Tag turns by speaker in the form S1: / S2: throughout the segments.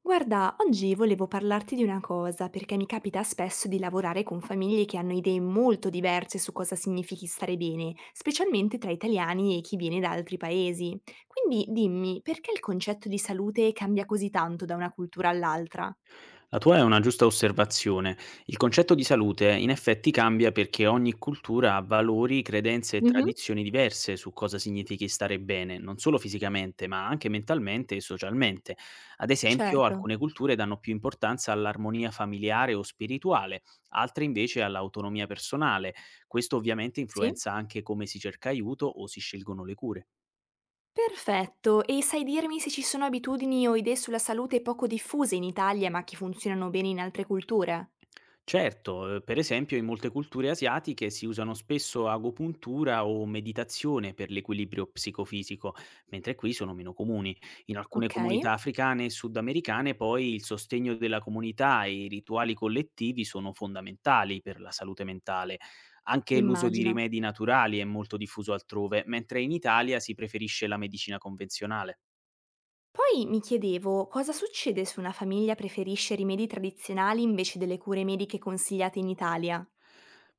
S1: Guarda, oggi volevo parlarti di una cosa, perché mi capita spesso di lavorare con famiglie che hanno idee molto diverse su cosa significhi stare bene, specialmente tra italiani e chi viene da altri paesi. Quindi dimmi, perché il concetto di salute cambia così tanto da una cultura all'altra?
S2: La tua è una giusta osservazione. Il concetto di salute in effetti cambia perché ogni cultura ha valori, credenze e
S1: Mhm,
S2: tradizioni diverse su cosa significhi stare bene, non solo fisicamente, ma anche mentalmente e socialmente. Ad esempio,
S1: certo.
S2: alcune culture danno più importanza all'armonia familiare o spirituale, altre invece all'autonomia personale. Questo ovviamente
S1: Sì?
S2: influenza anche come si cerca aiuto o si scelgono le cure.
S1: Perfetto, e sai dirmi se ci sono abitudini o idee sulla salute poco diffuse in Italia ma che funzionano bene in altre culture?
S2: Certo, per esempio in molte culture asiatiche si usano spesso agopuntura o meditazione per l'equilibrio psicofisico, mentre qui sono meno comuni. In alcune
S1: Ok,
S2: comunità africane e sudamericane poi il sostegno della comunità e i rituali collettivi sono fondamentali per la salute mentale. Anche l'uso di
S1: immagino.
S2: rimedi naturali è molto diffuso altrove, mentre in Italia si preferisce la medicina convenzionale.
S1: Poi mi chiedevo cosa succede se una famiglia preferisce rimedi tradizionali invece delle cure mediche consigliate in Italia.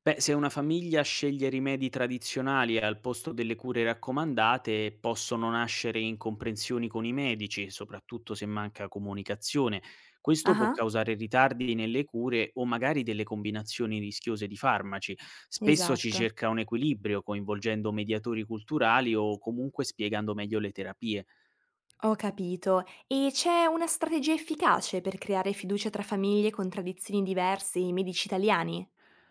S2: Beh, se una famiglia sceglie rimedi tradizionali al posto delle cure raccomandate, possono nascere incomprensioni con i medici, soprattutto se manca comunicazione. Questo può
S1: Ah,
S2: causare ritardi nelle cure o magari delle combinazioni rischiose di farmaci. Spesso ci
S1: esatto.
S2: cerca un equilibrio coinvolgendo mediatori culturali o comunque spiegando meglio le terapie.
S1: Ho capito. E c'è una strategia efficace per creare fiducia tra famiglie con tradizioni diverse e medici italiani?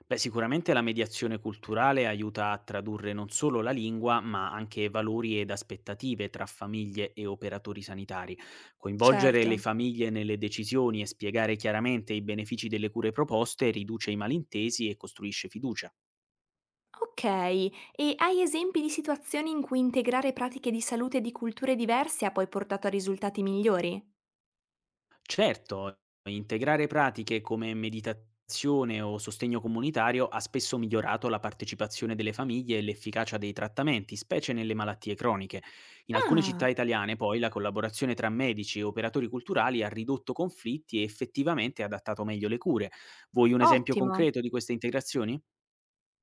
S2: Beh, sicuramente la mediazione culturale aiuta a tradurre non solo la lingua, ma anche valori ed aspettative tra famiglie e operatori sanitari. Coinvolgere
S1: Certo.
S2: le famiglie nelle decisioni e spiegare chiaramente i benefici delle cure proposte riduce i malintesi e costruisce fiducia.
S1: Ok, e hai esempi di situazioni in cui integrare pratiche di salute di culture diverse ha poi portato a risultati migliori?
S2: Certo, integrare pratiche come meditazione o sostegno comunitario ha spesso migliorato la partecipazione delle famiglie e l'efficacia dei trattamenti, specie nelle malattie croniche. In alcune città
S1: Ah,
S2: italiane, poi, la collaborazione tra medici e operatori culturali ha ridotto conflitti e effettivamente adattato meglio le cure. Vuoi un esempio
S1: ottimo.
S2: concreto di queste integrazioni?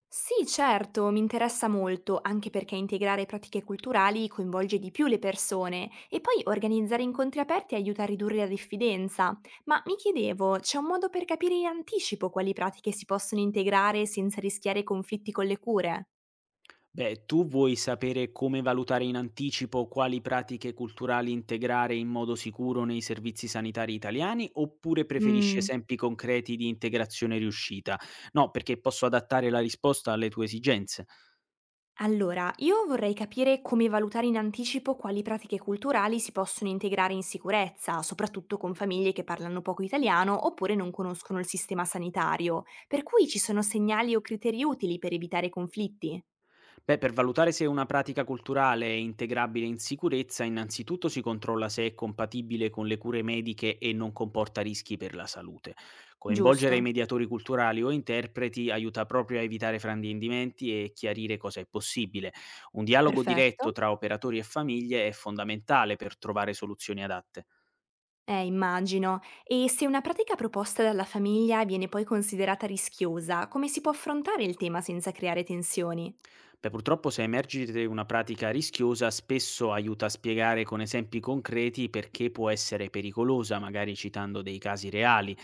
S1: Sì, certo, mi interessa molto, anche perché integrare pratiche culturali coinvolge di più le persone e poi organizzare incontri aperti aiuta a ridurre la diffidenza. Ma mi chiedevo, c'è un modo per capire in anticipo quali pratiche si possono integrare senza rischiare conflitti con le cure?
S2: Beh, tu vuoi sapere come valutare in anticipo quali pratiche culturali integrare in modo sicuro nei servizi sanitari italiani, oppure preferisci
S1: Mm.
S2: esempi concreti di integrazione riuscita? No, perché posso adattare la risposta alle tue esigenze.
S1: Allora, io vorrei capire come valutare in anticipo quali pratiche culturali si possono integrare in sicurezza, soprattutto con famiglie che parlano poco italiano oppure non conoscono il sistema sanitario, per cui ci sono segnali o criteri utili per evitare conflitti.
S2: Beh, per valutare se una pratica culturale è integrabile in sicurezza, innanzitutto si controlla se è compatibile con le cure mediche e non comporta rischi per la salute. Coinvolgere i
S1: Giusto,
S2: mediatori culturali o interpreti aiuta proprio a evitare frandimenti e chiarire cosa è possibile. Un dialogo diretto
S1: perfetto.
S2: tra operatori e famiglie è fondamentale per trovare soluzioni adatte.
S1: Immagino. E se una pratica proposta dalla famiglia viene poi considerata rischiosa, come si può affrontare il tema senza creare tensioni?
S2: Beh, purtroppo se emergite una pratica rischiosa, spesso aiuta a spiegare con esempi concreti perché può essere pericolosa, magari citando dei casi reali.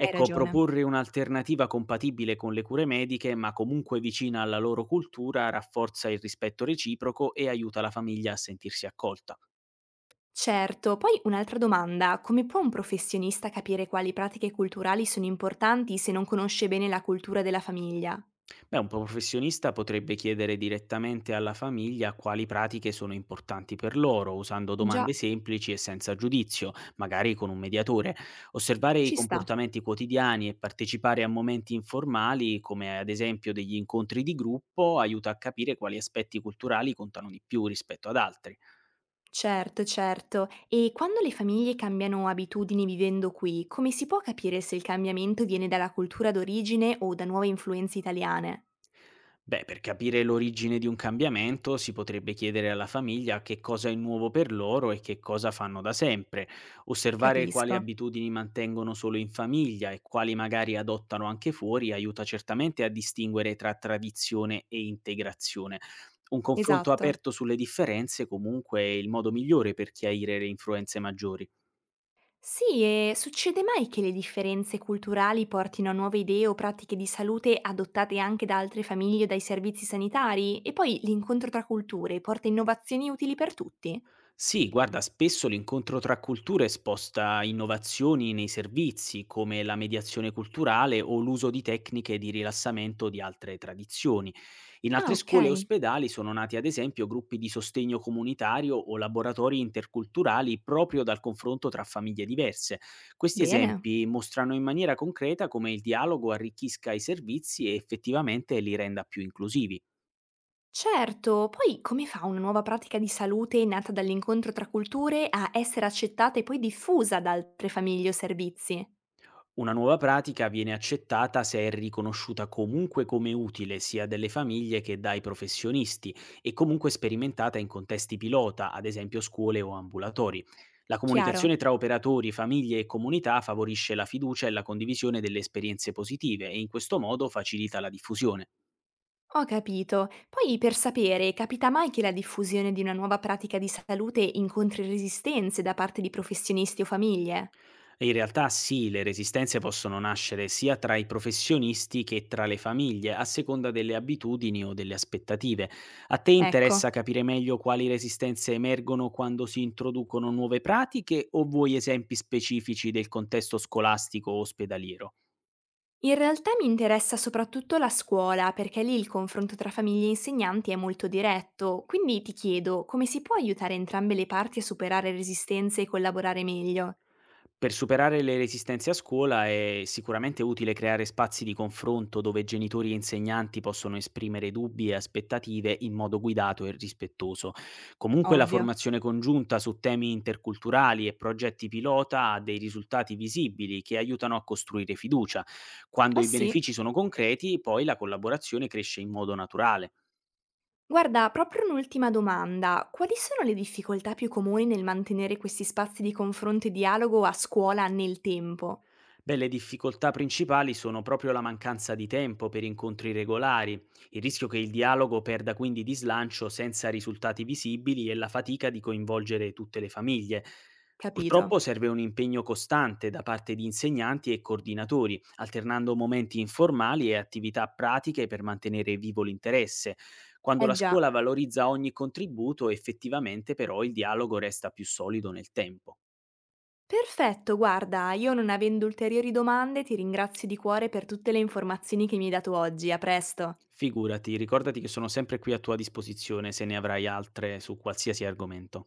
S1: Hai ragione.
S2: proporre un'alternativa compatibile con le cure mediche, ma comunque vicina alla loro cultura, rafforza il rispetto reciproco e aiuta la famiglia a sentirsi accolta.
S1: Certo, poi un'altra domanda, come può un professionista capire quali pratiche culturali sono importanti se non conosce bene la cultura della famiglia?
S2: Beh, un professionista potrebbe chiedere direttamente alla famiglia quali pratiche sono importanti per loro, usando
S1: Già,
S2: domande semplici e senza giudizio, magari con un mediatore. Osservare i
S1: ci sta.
S2: comportamenti quotidiani e partecipare a momenti informali, come ad esempio degli incontri di gruppo, aiuta a capire quali aspetti culturali contano di più rispetto ad altri.
S1: Certo, certo. E quando le famiglie cambiano abitudini vivendo qui, come si può capire se il cambiamento viene dalla cultura d'origine o da nuove influenze italiane?
S2: Beh, per capire l'origine di un cambiamento si potrebbe chiedere alla famiglia che cosa è nuovo per loro e che cosa fanno da sempre; osservare quali
S1: Capisco.
S2: abitudini mantengono solo in famiglia e quali magari adottano anche fuori aiuta certamente a distinguere tra tradizione e integrazione. Un confronto
S1: Esatto.
S2: aperto sulle differenze comunque è il modo migliore per chiarire le influenze maggiori.
S1: Sì, e succede mai che le differenze culturali portino a nuove idee o pratiche di salute adottate anche da altre famiglie o dai servizi sanitari? E poi l'incontro tra culture porta innovazioni utili per tutti?
S2: Sì, guarda, spesso l'incontro tra culture sposta innovazioni nei servizi, come la mediazione culturale o l'uso di tecniche di rilassamento di altre tradizioni. In
S1: Ah,
S2: altre
S1: ok.
S2: scuole e ospedali sono nati, ad esempio, gruppi di sostegno comunitario o laboratori interculturali proprio dal confronto tra famiglie diverse. Questi
S1: Bene.
S2: esempi mostrano in maniera concreta come il dialogo arricchisca i servizi e effettivamente li renda più inclusivi.
S1: Certo, poi come fa una nuova pratica di salute nata dall'incontro tra culture a essere accettata e poi diffusa da altre famiglie o servizi?
S2: Una nuova pratica viene accettata se è riconosciuta comunque come utile sia dalle famiglie che dai professionisti, e comunque sperimentata in contesti pilota, ad esempio scuole o ambulatori. La
S1: Chiaro.
S2: comunicazione tra operatori, famiglie e comunità favorisce la fiducia e la condivisione delle esperienze positive, e in questo modo facilita la diffusione.
S1: Ho capito. Poi per sapere, capita mai che la diffusione di una nuova pratica di salute incontri resistenze da parte di professionisti o famiglie?
S2: In realtà sì, le resistenze possono nascere sia tra i professionisti che tra le famiglie, a seconda delle abitudini o delle aspettative. A te
S1: Ecco.
S2: interessa capire meglio quali resistenze emergono quando si introducono nuove pratiche, o vuoi esempi specifici del contesto scolastico o ospedaliero?
S1: In realtà mi interessa soprattutto la scuola, perché lì il confronto tra famiglie e insegnanti è molto diretto, quindi ti chiedo come si può aiutare entrambe le parti a superare resistenze e collaborare meglio?
S2: Per superare le resistenze a scuola è sicuramente utile creare spazi di confronto dove genitori e insegnanti possono esprimere dubbi e aspettative in modo guidato e rispettoso. Comunque la
S1: Ovvio.
S2: formazione congiunta su temi interculturali e progetti pilota ha dei risultati visibili che aiutano a costruire fiducia. Quando
S1: Eh
S2: i
S1: sì,
S2: benefici sono concreti, poi la collaborazione cresce in modo naturale.
S1: guarda, proprio un'ultima domanda. Quali sono le difficoltà più comuni nel mantenere questi spazi di confronto e dialogo a scuola nel tempo?
S2: Beh, le difficoltà principali sono proprio la mancanza di tempo per incontri regolari, il rischio che il dialogo perda quindi di slancio senza risultati visibili e la fatica di coinvolgere tutte le famiglie.
S1: Capito.
S2: Purtroppo serve un impegno costante da parte di insegnanti e coordinatori, alternando momenti informali e attività pratiche per mantenere vivo l'interesse. Quando
S1: Eh
S2: la
S1: già.
S2: scuola valorizza ogni contributo, effettivamente però il dialogo resta più solido nel tempo.
S1: Perfetto, guarda, io non avendo ulteriori domande ti ringrazio di cuore per tutte le informazioni che mi hai dato oggi. A presto.
S2: Figurati, ricordati che sono sempre qui a tua disposizione se ne avrai altre su qualsiasi argomento.